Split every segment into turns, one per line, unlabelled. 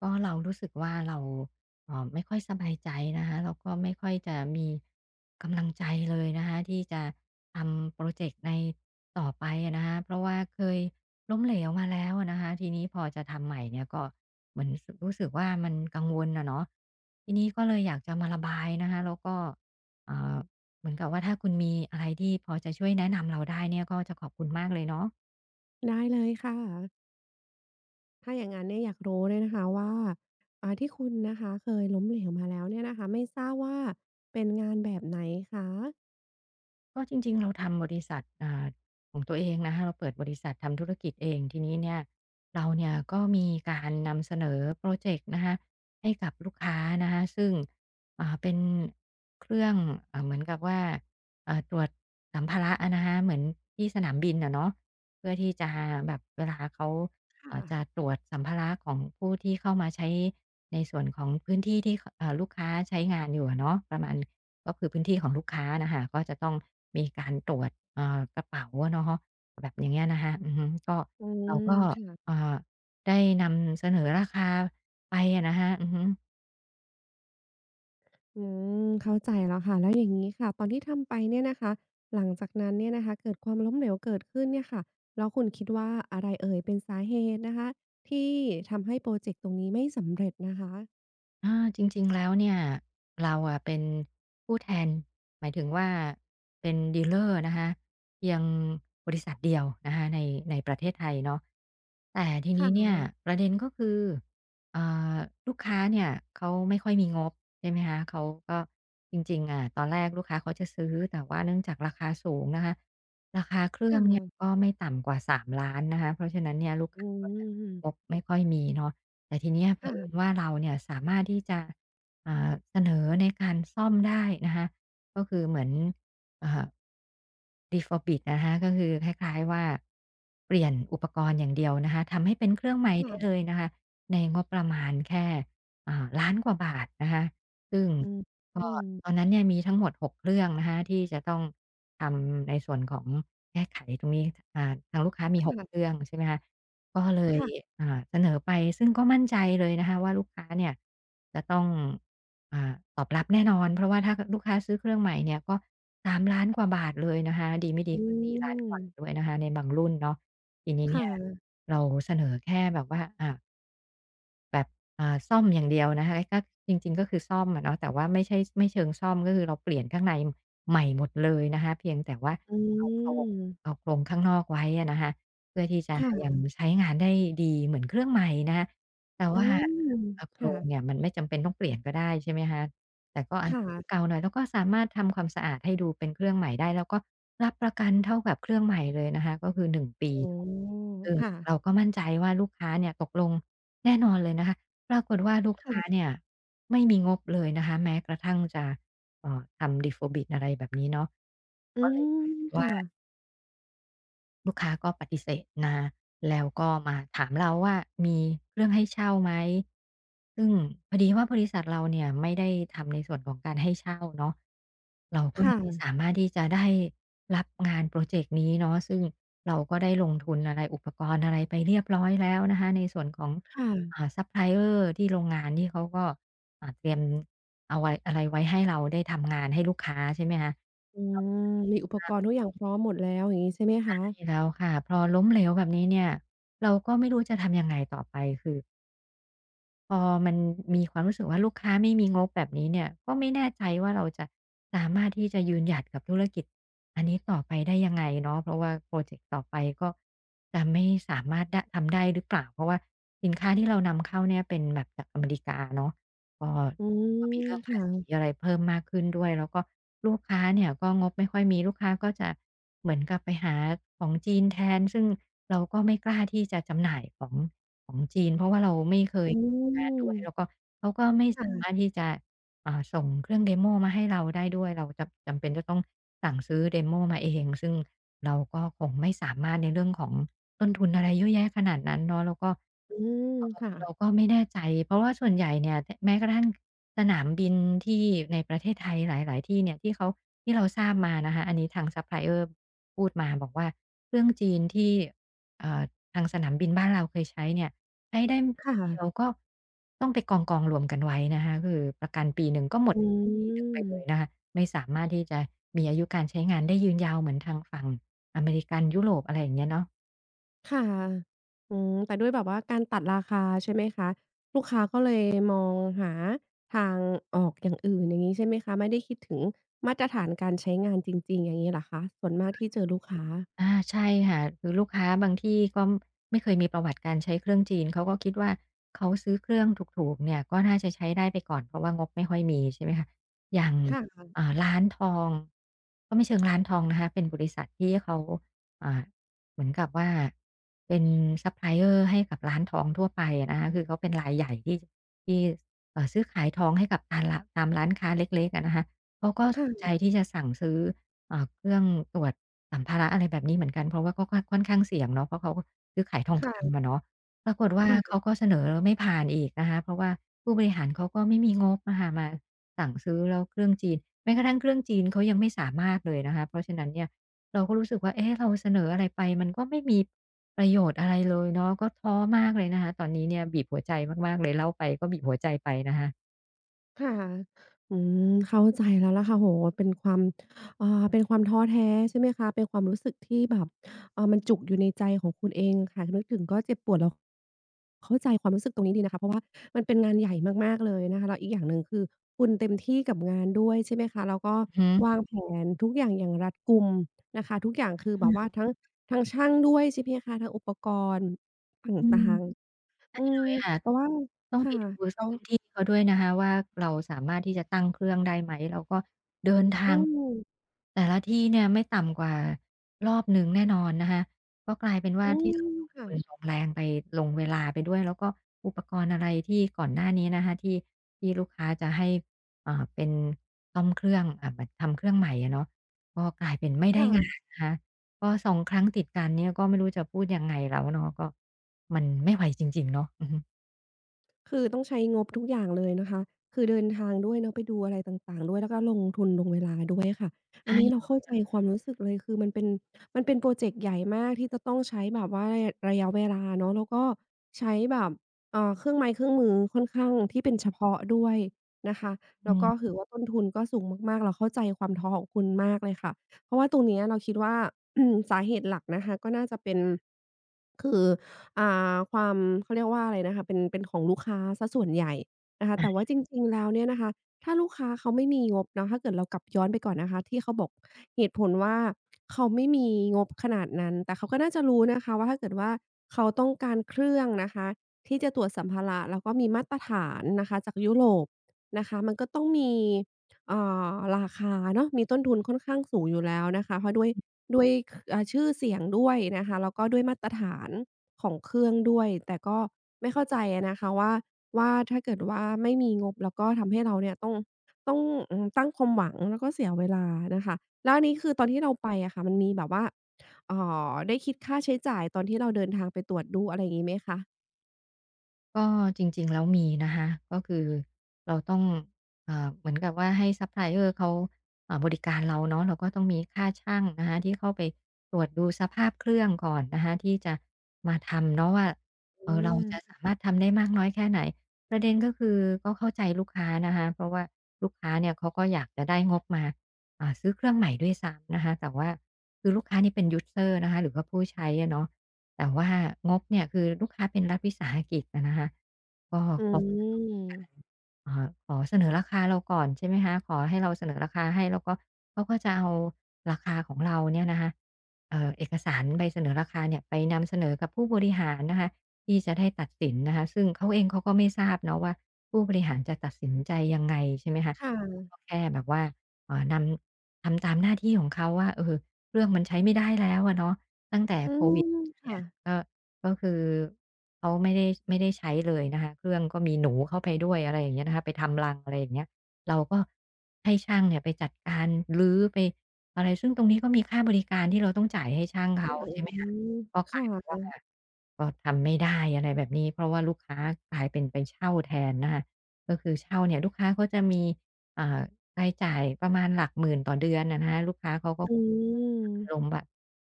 ก็เรารู้สึกว่าเราไม่ค่อยสบายใจนะคะแล้วก็ไม่ค่อยจะมีกำลังใจเลยนะคะที่จะทำโปรเจกต์ในต่อไปอะนะคะเพราะว่าเคยล้มเหลวมาแล้วอะนะคะทีนี้พอจะทำใหม่เนี่ยก็เหมือนรู้สึกว่ามันกังวลนะเนาะทีนี้ก็เลยอยากจะมาระบายนะคะแล้วก็เอ่อเหมือนกับว่าถ้าคุณมีอะไรที่พอจะช่วยแนะนำเราได้เนี่ยก็จะขอบคุณมากเลยเนาะ
ได้เลยค่ะถ้าอย่างงั้นเนี่ยอยากรู้เลยนะคะว่าที่คุณนะคะเคยล้มเหลวมาแล้วเนี่ยนะคะไม่ทราบว่าเป็นงานแบบไหนคะ
ก็จริงๆเราทำบริษัทของตัวเองนะคะเราเปิดบริษัททำธุรกิจเองทีนี้เนี่ยเราเนี่ย การนำเสนอโปรเจกต์นะคะให้กับลูกค้านะคะซึ่งเป็นเครื่องเหมือนกับว่าตรวจสัมภาระอะนะคะเหมือนที่สนามบินอะเนาะเพื่อที่จะแบบเวลาเขา
ค่ะ
จะตรวจสัมภาระของผู้ที่เข้ามาใช้ในส่วนของพื้นที่ที่ขลูกค้าใช้งานอยู่อะเนาะประมาณก็คือพื้นที่ของลูกค้าน่ะคะก็จะต้องมีการตรวจกระเป๋าอะเนาะแบบอย่างเงี้ยนะคะอือฮึก็
อื
เราก็
ม
เอ่
ค่ะ
อ ได้นำเสนอราคาไปอะนะฮะอือฮึ
อืมเข้าใจแล้วค่ะแล้วอย่างงี้ค่ะตอนที่ทำไปเนี่ยนะคะหลังจากนั้นเนี่ยนะคะเกิดความล้มเหลวเกิดขึ้นเนี่ยค่ะแล้วคุณคิดว่าอะไรเอ่ยเป็นสาเหตุนะคะที่ทำให้พรอเจกต์ตรงนี้ไม่สำเร็จนะคะ
อาจริงๆแล้วเนี่ยเราอะเป็นผู้แทนหมายถึงว่าเป็นดีลเลอร์นะคะเพียงบริษัทเดียวนะคะในประเทศไทยเนาะแต่ที
ค่
นี้เนี่ย
ะ
ประเด็นก็คือเอ่อลูกค้าเนี่ยเขาไม่ค่อยมีงบใช่ไหมคะเขาก็จริงๆอะตอนแรกลูกค้าเขาจะซื้อแต่ว่าเนื่องจากราคาสูงนะคะราคาเค
ค
รื่องเนี่ย
่ะ
ก็ไม่ต่ำกว่า3ามล้านนะคะเพราะฉะนั้นเนี่ยลูก
อื
ค้าก็จะงบ
ม
ไม่ค่อยมีเนาะ แต่ทีเนี้ยเผ
ค่ะ
อิญว่าเราเนี่ยสามารถที่จะเสนอในการซ่อมได้นะคะก็คือเหมือนอ่า Refurbish นะคะก็คือคล้ายๆว่าเปลี่ยนอุปกรณ์อย่างเดียวนะคะทำให้เป็นเครื่องใหม่ได้เล
ค่ะ
ยนะคะในงบประมาณแค่ล้านกว่าบาทนะคะซึ่ง
อื
ก็
ม
ตอน
ๆ
นั้นเนี่ยมีทั้งหมด6เครื่องนะคะที่จะต้องทำในส่วนของแก้ไขตรงนี้ทางลูกค้ามี
ค
6เครื่
่ะ
องใช่ไหมคะ ก็เลย
ค่ะ
เสนอไปซึ่งก็มั่นใจเลยนะคะว่าลูกค้าเนี่ยจะต้องอ่าตอบรับแน่นอนเพราะว่าถ้าลูกค้าซื้อเครื่องใหม่เนี่ยก็3ามล้านกว่าบาทเลยนะคะดีไม่ดี
อื
ก็4ี่ล้านกว่าด้
ม
วยนะคะในบางรุ่นเนาะทีนี้เนี่ย
ค่ะ
เราเสนอแค่แบบว่าแบบซ่อมอย่างเดียวนะคะก็จริงๆก็คือซ่อมอะเนาะแต่ว่าไม่ใช่ไม่เชิงซ่อมก็คือเราเปลี่ยนข้างในใหม่หมดเลยนะคะเพียงแต่ว่า
อื
เอาโครง
ม
เอาโครงข้างนอกไว้อะนะคะเพื่อที่จะยัง
ค่ะ
ใช้งานได้ดีเหมือนเครื่องใหม่นะคะแต่
อื
ว่า
ม
โคร
ค่ะ
งเนี่ยมันไม่จำเป็นต้องเปลี่ยนก็ได้ใช่ไหมคะแต่ก็อาจ
ค่ะ
จะดูเก่าหน่อยแล้วก็สามารถทำความสะอาดให้ดูเป็นเครื่องใหม่ได้แล้วก็รับประกันเท่ากับเครื่องใหม่เลยนะคะก็คือ1ปี
อ๋อ
เนาะซึ่ง
ค่ะ
เราก็มั่นใจว่าลูกค้าเนี่ยตกลง แน่นอนเลยนะคะปรากฏว่าลูกค้า
ค่ะ
เนี่ยไม่มีงบเลยนะคะแม้กระทั่งจะทำ Deep Faux Bit อะไรแบบนี้เนาะ
อื
ก็เลยก
ม
ลายเป็น
ค่ะ
ว่า ลูกค้าก็ปฏิเสธนะแล้วก็มาถามเราว่ามีเครื่องให้เช่าไหมซึ่งพอดีว่าบริษัทเราเนี่ยไม่ได้ทำในส่วนของการให้เช่าเนาะเราก็เลยไม่
ค่ะ
สามารถที่จะได้รับงานพรอเจกต์นี้เนาะซึ่งเราก็ได้ลงทุนอะไรอุปกรณ์อะไรไปเรียบร้อยแล้วนะคะในส่วนของ
ค
อ่า
่ะ
ซัปพลายเออร์ที่โรงงานที่เขาก็เตรียมเอาไว้อะไรไว้ให้เราได้ทำงานให้ลูกค้าใช่ไหมคะ
อื
เรา
มมีอุปกรณ์ทุกอย่างพร้อมหมดแล้วอย่างงี้ใช่ไหมคะ
ใช่แล้วค่ะพอล้มเหลวแบบนี้เนี่ย เราก็ไม่รู้จะทำยังไงต่อไปคือ พอมันมีความรู้สึกว่าลูกค้าไม่มีงบแบบนี้เนี่ยก็ไม่แน่ใจว่าเราจะสามารถที่จะยืนหยัดกับธุรกิจอันนี้ต่อไปได้ยังไงเนาะเพราะว่าพรอเจกต์ต่อไปก็จะไม่สามารถดทำได้หรือเปล่าเพราะว่าสินค้าที่เรานำเข้าเนี่ยเป็นแบบจากอเมริกาเนาะก็
อื
ก็มี
ม
เรื่องภาษี
ค่ะ
อะไรเพิ่มมากขึ้นด้วยแล้วก็ลูกค้าเนี่ยก็งบไม่ค่อยมีลูกค้าก็จะเหมือนกับไปหาของจีนแทนซึ่งเราก็ไม่กล้าที่จะจำหน่ายของจีนเพราะว่าเราไม่เคย
อื
งาน
ม
ด้วยแล้วก็เขาก็ไม่สามารถ
ค่ะ
ที่จะส่งเครื่อง Demo มาให้เราได้ด้วยเราจำเป็นจะต้องสั่งซื้อ Demo มาเองซึ่งเราก็คงไม่สามารถในเรื่องของต้นทุนอะไรเยอะแยะขนาดนั้นเนาะแล้วก็
อืมค่ะ
เราก็ไม่แน่ใจเพราะว่าส่วนใหญ่เนี่ยทแม้กระทั่งสนามบินที่ในประเทศไทยหลายๆที่เนี่ยที่เราทราบมานะคะอันนี้ทางซัปพลายเออร์พูดมาบอกว่าเครื่องจีนที่เอ่อทางสนามบินบ้านเราเคยใช้เนี่ย ใช้ได้
ค
ปีเดียว
่ะ
ก็ต้องไปกองรวมกันไว้นะคะคือประกันปีหนึ่งก็หมด
อื
อายุปีหนึ่งไป
ม
เลยนะคะไม่สามารถที่จะมีอายุการใช้งานได้ยืนยาวเหมือนทางฝั่งอเมริกันยุโรปอะไรอย่างเงี้ยเนาะ
ค่ะอืมแต่ด้วยแบบว่าการตัดราคาใช่ไหมคะลูกค้าก็เลยมองหาทางออกอย่างอื่นอย่างงี้ใช่ไหมคะไม่ได้คิดถึงมาตรฐานการใช้งานจริงๆอย่างงี้เหรอคะส่วนมากที่เจอลูกค้า
อาใช่ค่ะคือลูกค้าบางที่ก็ไม่เคยมีประวัติการใช้เครื่องจีนเขาก็คิดว่าเขาซื้อเครื่องถูกๆเนี่ยก็น่าจะใช้ได้ไปก่อนเพราะว่างบไม่ค่อยมีใช่ไหมคะอย่าง
ค่ะ
ร้านทองก็ไม่เชิงร้านทองนะคะเป็นบริษัทที่เขาอ่าเหมือนกับว่าเป็นซัปพลายเออร์ให้กับร้านทองทั่วไปอะนะคะคือเขาเป็นรายใหญ่ที่ซื้อขายทองให้กับตานละตามร้านค้าเล็กๆอะนะคะเขาก็สนใจ
ค่ะ
ที่จะสั่งซื้อ เครื่องตรวจสัมภาระอะไรแบบนี้เหมือนกันเพราะว่าก็ค่อนข้างเสี่ยงเนาะเพราะเขาซื้อขายทองคำอะ
ค่ะ
เนาะปรากฏว่า
ค่ะ
เขาก็เสนอไม่ผ่านอีกนะคะเพราะว่าผู้บริหารเขาก็ไม่มีงบอะค่ะมาสั่งซื้อแล้วเครื่องจีนแม้กระทั่งเครื่องจีนเขายังไม่สามารถเลยนะคะเพราะฉะนั้นเนี่ยเราก็รู้สึกว่าเอ๊ะเราเสนออะไรไปมันก็ไม่มีประโยชน์อะไรเลยเนาะก็ท้อมากเลยนะคะตอนนี้เนี่ยบีบหัวใจมากๆเลยเล่าไปก็บีบหัวใจไปนะคะ
ค่ะอืมเข้าใจแล้วล่ะค่ะโอ้โฮเป็นความอ่าเป็นความท้อแท้ใช่ไหมคะเป็นความรู้สึกที่แบบมันจุกอยู่ในใจของคุณเองค่ะนึกถึงก็เจ็บปวดแล้วเข้าใจความรู้สึกตรงนี้ดีนะคะเพราะว่ามันเป็นงานใหญ่มากๆเลยนะคะแล้วอีกอย่างหนึ่งคือคุณเต็มที่กับงานด้วยใช่ไหมคะแล้วก็
อือฮึ
วางแผนทุกอย่างอย่างรัดกุมนะคะทุกอย่าง
อ
คือแบ
ม
บว่าทั้งช่างด้วยใช่ไหมคะทั้งอุปกรณ์ต
อื
่าง
ม
ๆอื
เล
ม
ยหา
แต่ว่า
ต้องไป
ค่ะ
ดู
แล้ว
พื้นที่เขาด้วยนะคะว่าเราสามารถที่จะตั้งเครื่องได้ไหมแล้วก็เดิน
อื
ทาง
ม
แต่ละที่เนี่ยไม่ต่ำกว่ารอบหนึ่งแน่นอนนะคะก็กลายเป็นว่า
อื
ที่เรา
ม
ลง
ค่ะ
ทุนลงแรงไปลงเวลาไปด้วยแล้วก็อุปกรณ์อะไรที่ก่อนหน้านี้นะคะที่ลูกค้าจะให้เป็นซ่อมเครื่องแบบทำเครื่องใหม่อะเนาะก็กลายเป็นไม่ได้งาน
ค่ะ
นะคะก็สองครั้งติดกันเนี่ยก็ไม่รู้จะพูดยังไงแล้วเนาะก็มันไม่ไหวจริงๆเนาะอือฮึ
คือต้องใช้งบทุกอย่างเลยนะคะคือเดินทางด้วยเนาะไปดูอะไรต่างๆด้วยแล้วก็ลงทุนลงเวลาด้วยค่ะอันนี้เรา
ใช่
เข้าใจความรู้สึกเลยคือมันเป็นพรอเจกต์ใหญ่มากที่จะต้องใช้แบบว่าระยะเวลาเนาะแล้วก็ใช้แบบเครื่องไม้เครื่องมือค่อนข้างที่เป็นเฉพาะด้วยนะคะ
อื
แล้วก็
ม
ถือว่าต้นทุนก็สูงมากๆเราเข้าใจความท้อของคุณมากเลยค่ะเพราะว่าตรงเนี้ยเราคิดว่า สาเหตุหลักนะคะก็น่าจะเป็นคือ ความเขาเรียกว่าอะไรนะคะเป็นของลูกค้าเสียส่วนใหญ่นะคะแต่ว่าจริงๆแล้วเนี่ยนะคะถ้าลูกค้าเขาไม่มีงบเนาะถ้าเกิดเรากลับย้อนไปก่อนนะคะที่เขาบอกเหตุผลว่าเขาไม่มีงบขนาดนั้นแต่เขาก็น่าจะรู้นะคะว่าถ้าเกิดว่าเขาต้องการเครื่องนะคะที่จะตรวจสัมภาระแล้วก็มีมาตรฐานนะคะจากยุโรปนะคะมันก็ต้องมีเอ่อราคาเนาะมีต้นทุนค่อนข้างสูงอยู่แล้วนะคะเพราะด้วยด้วยคชื่อเสียงด้วยนะคะแล้วก็ด้วยมาตรฐาน ของเครื่องด้วยแต่ก็ไม่เข้าใจอะนะคะว่าถ้าเกิดว่าไม่มีงบแล้วก็ทำให้เราเนี่ยต้องต้องอืมตั้งความหวังแล้วก็เสียเวลานะคะแล้วอันนี้คือตอนที่เราไปอะค่ะมันมีแบบว่าเอ่ได้คิดค่าใช้จ่ายตอนที่เราเดินทางไปตรวจดูอะไรอย่างงี้ไหมคะ
ก็จริงๆแล้วมีนะคะก็คือเราต้องเหมือนกับว่าให้ซัปพลายเออร์เขาบริการเราเนาะเราก็ต้องมีค่าช่างนะคะที่เข้าไปตรวจดูสภาพเครื่องก่อนนะคะที่จะมาทำเนาะว่า
อื
เราจะสา
ม
มารถทำได้มากน้อยแค่ไหนประเด็นก็คือก็เข้าใจลูกค้านะคะเพราะว่าลูกค้าเนี่ยเขาก็อยากจะได้งบมาซื้อเครื่องใหม่ด้วยซ้ำนะคะแต่ว่าคือลูกค้านี่เป็นยูสเซอร์นะคะหรือว่าผู้ใช้อะเนาะ แต่ว่างบเนี่ยคือลูกค้าเป็นรัฐวิสาหกิจอะนะคะก็
อื
เขาก็จะต้องมีการ
ม
ขอเสนอราคาเราก่อนใช่ไหมคะขอให้เราเสนอราคาให้แล้วก็เขาก็จะเอาราคาของเราเนี่ยนะคะเอกสารใบเสนอราคาเนี่ยไปนำเสนอกับผู้บริหารนะคะที่จะได้ตัดสินนะคะซึ่งเขาเองเขาก็ไม่ทราบเนาะว่าผู้บริหารจะตัดสินใจยังไงใช่ไหมคะเขา
ค่ะ
ก็แค่แบบว่านำทำตามหน้าที่ของเขาว่าเออเครื่องมันใช้ไม่ได้แล้วอะเนาะตั้งแต่
อื
โควิด
ม
เนี่
ค่ะ
ย ก็ก็คือเขาไม่ได้ใช้เลยนะคะเครื่องก็มีหนูเข้าไปด้วยอะไรอย่างเงี้ยนะคะไปทำรังอะไรอย่างเงี้ยเราก็ให้ช่างเนี่ยไปจัดการรื้อไปอะไรซึ่งตรงนี้ก็มีค่าบริการที่เราต้องจ่ายให้ช่าง
อื
เขา
อ
ใช่ไหม
อื
คะ
ม
ก็
ค
กลายเป็นว่า
่ะ
ก็ทำไม่ได้อะไรแบบนี้ เพราะว่าลูกค้ากลายเป็นไปเช่าแทนนะคะก็คือเช่าเนี่ยลูกค้าเขาจะมีอ่า รายจ่ายประมาณหลักหมื่นต่อเดือนน่ะนะคะลูกค้าเขาก็
อื
อารม
ม
ณ์แบบ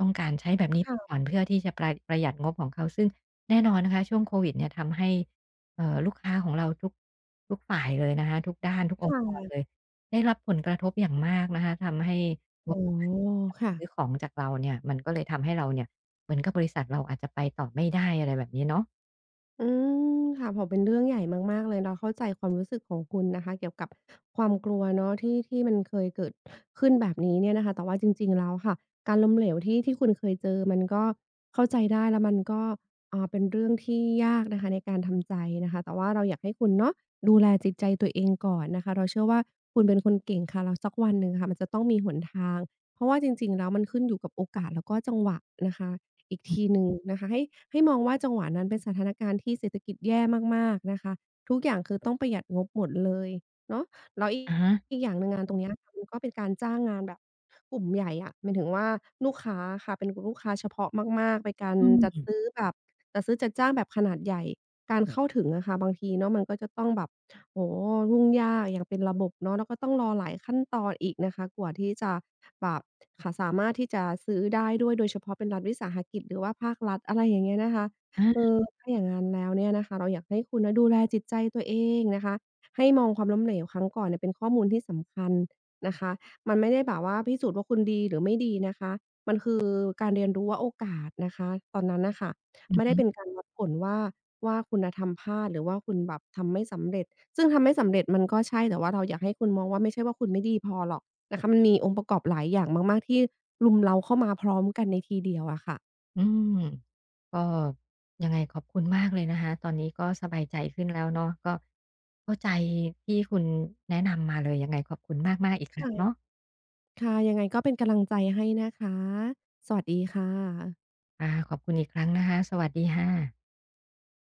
ต้องการใช้แบบนี้ไปก่
ค่ะ
อนเพื่อที่จะประประหยัดงบของเขาซึ่งแน่นอนนะคะช่วงโควิดเนี่ยทำให้ลูกค้าของเราทุกฝ่ายเลยนะคะทุกด้านทุกอง
ค่
ค์กรเลย
ะ
ได้รับผลกระทบอย่างมากนะคะทำให้งบ
อ๋อ
ประมาณที่เขาจะมา
ค่ะ
ซื้อของจากเราเนี่ยมันก็เลยทำให้เราเนี่ยเหมือนกับบริษัทเราอาจจะไปต่อไม่ได้อะไรแบบนี้เนาะ
อืมค่ะพอเป็นเรื่องใหญ่มากๆเลยเราเข้าใจความรู้สึกของคุณนะคะเกี่ยวกับความกลัวเนาะที่มันเคยเกิดขึ้นแบบนี้เนี่ยนะคะแต่ว่าจริงๆแล้วค่ะการล้มเหลวที่คุณเคยเจอมันก็เข้าใจได้แล้วมันก็เป็นเรื่องที่ยากนะคะในการทำใจนะคะแต่ว่าเราอยากให้คุณเนาะดูแลจิตใจตัวเองก่อนนะคะเราเชื่อว่าคุณเป็นคนเก่งค่ะแล้วสักวันหนึ่งค่ะมันจะต้องมีหนทางเพราะว่าจริงๆแล้วมันขึ้นอยู่กับโอกาสแล้วก็จังหวะนะคะ อีก
อื
ที
ม
หนึ่งนะคะให้มองว่าจังหวะนั้นเป็นสถานการณ์ที่เศรษฐกิจแย่มากๆนะคะทุกอย่างคือต้องประหยัดงบหมดเลยเนาะแล้วอีก
อะฮะ
อกอย่างหนึ่งงานตรงเนี้ยค่ะมันก็เป็นการจ้างงานแบบกลุ่มใหญ่อะหมายถึงว่าลูกค้าค่ะเป็นกลุ่มลูกค้าเฉพาะมากๆเป็นการ
อื
จัด
ม
ซื้อแบบจัดซื้อจัดจ้างแบบขนาดใหญ่การเข้าถึงอะค่ะบางทีเนาะมันก็จะต้องแบบ โอ้โฮยุ่งยากอย่างเป็นระบบเนาะแล้วก็ต้องรอหลายขั้นตอนอีกนะคะกว่าที่จะแบบค่ะสามารถที่จะซื้อได้ด้วยโดยเฉพาะเป็นรัฐวิสาหกิจหรือว่าภาครัฐอะไรอย่างเงี้ยนะคะเอ
อา
อถ้าอย่างงั้นแล้วเนี่ยนะคะเราอยากให้คุณน่ะดูแลจิตใจตัวเองนะคะให้มองความล้มเหลวครั้งก่อนเนี่ยเป็นข้อมูลที่สำคัญนะคะมันไม่ได้แบบว่าพิสูจน์ว่าคุณดีหรือไม่ดีนะคะมันคือการเรียนรู้ว่าโอกาสนะคะตอนนั้นน่ะค่ะไม่ได้เป็นการวัดผลว่าคุณน่ะทำพลาดหรือว่าคุณแบบทำไม่สำเร็จ ซึ่งทำไม่สำเร็จมันก็ใช่แต่ว่าเราอยากให้คุณมองว่าไม่ใช่ว่าคุณไม่ดีพอหรอกนะคะมันมีองค์ประกอบหลายอย่างมากๆที่รุมเร้าเข้ามาพร้อมกันในทีเดียวอะค่ะ
อืมก็ยังไงขอบคุณมากเลยนะคะตอนนี้ก็สบายใจขึ้นแล้วเนาะก็เข้าใจที่คุณแนะนำมาเลยยังไงขอบคุณมากๆอีกครั้งเนาะ
ค่ะค่ะยังไงก็เป็นกำลังใจให้นะคะสวัสดีค่ะ
ขอบคุณอีกครั้งนะคะสวัสดีค่ะ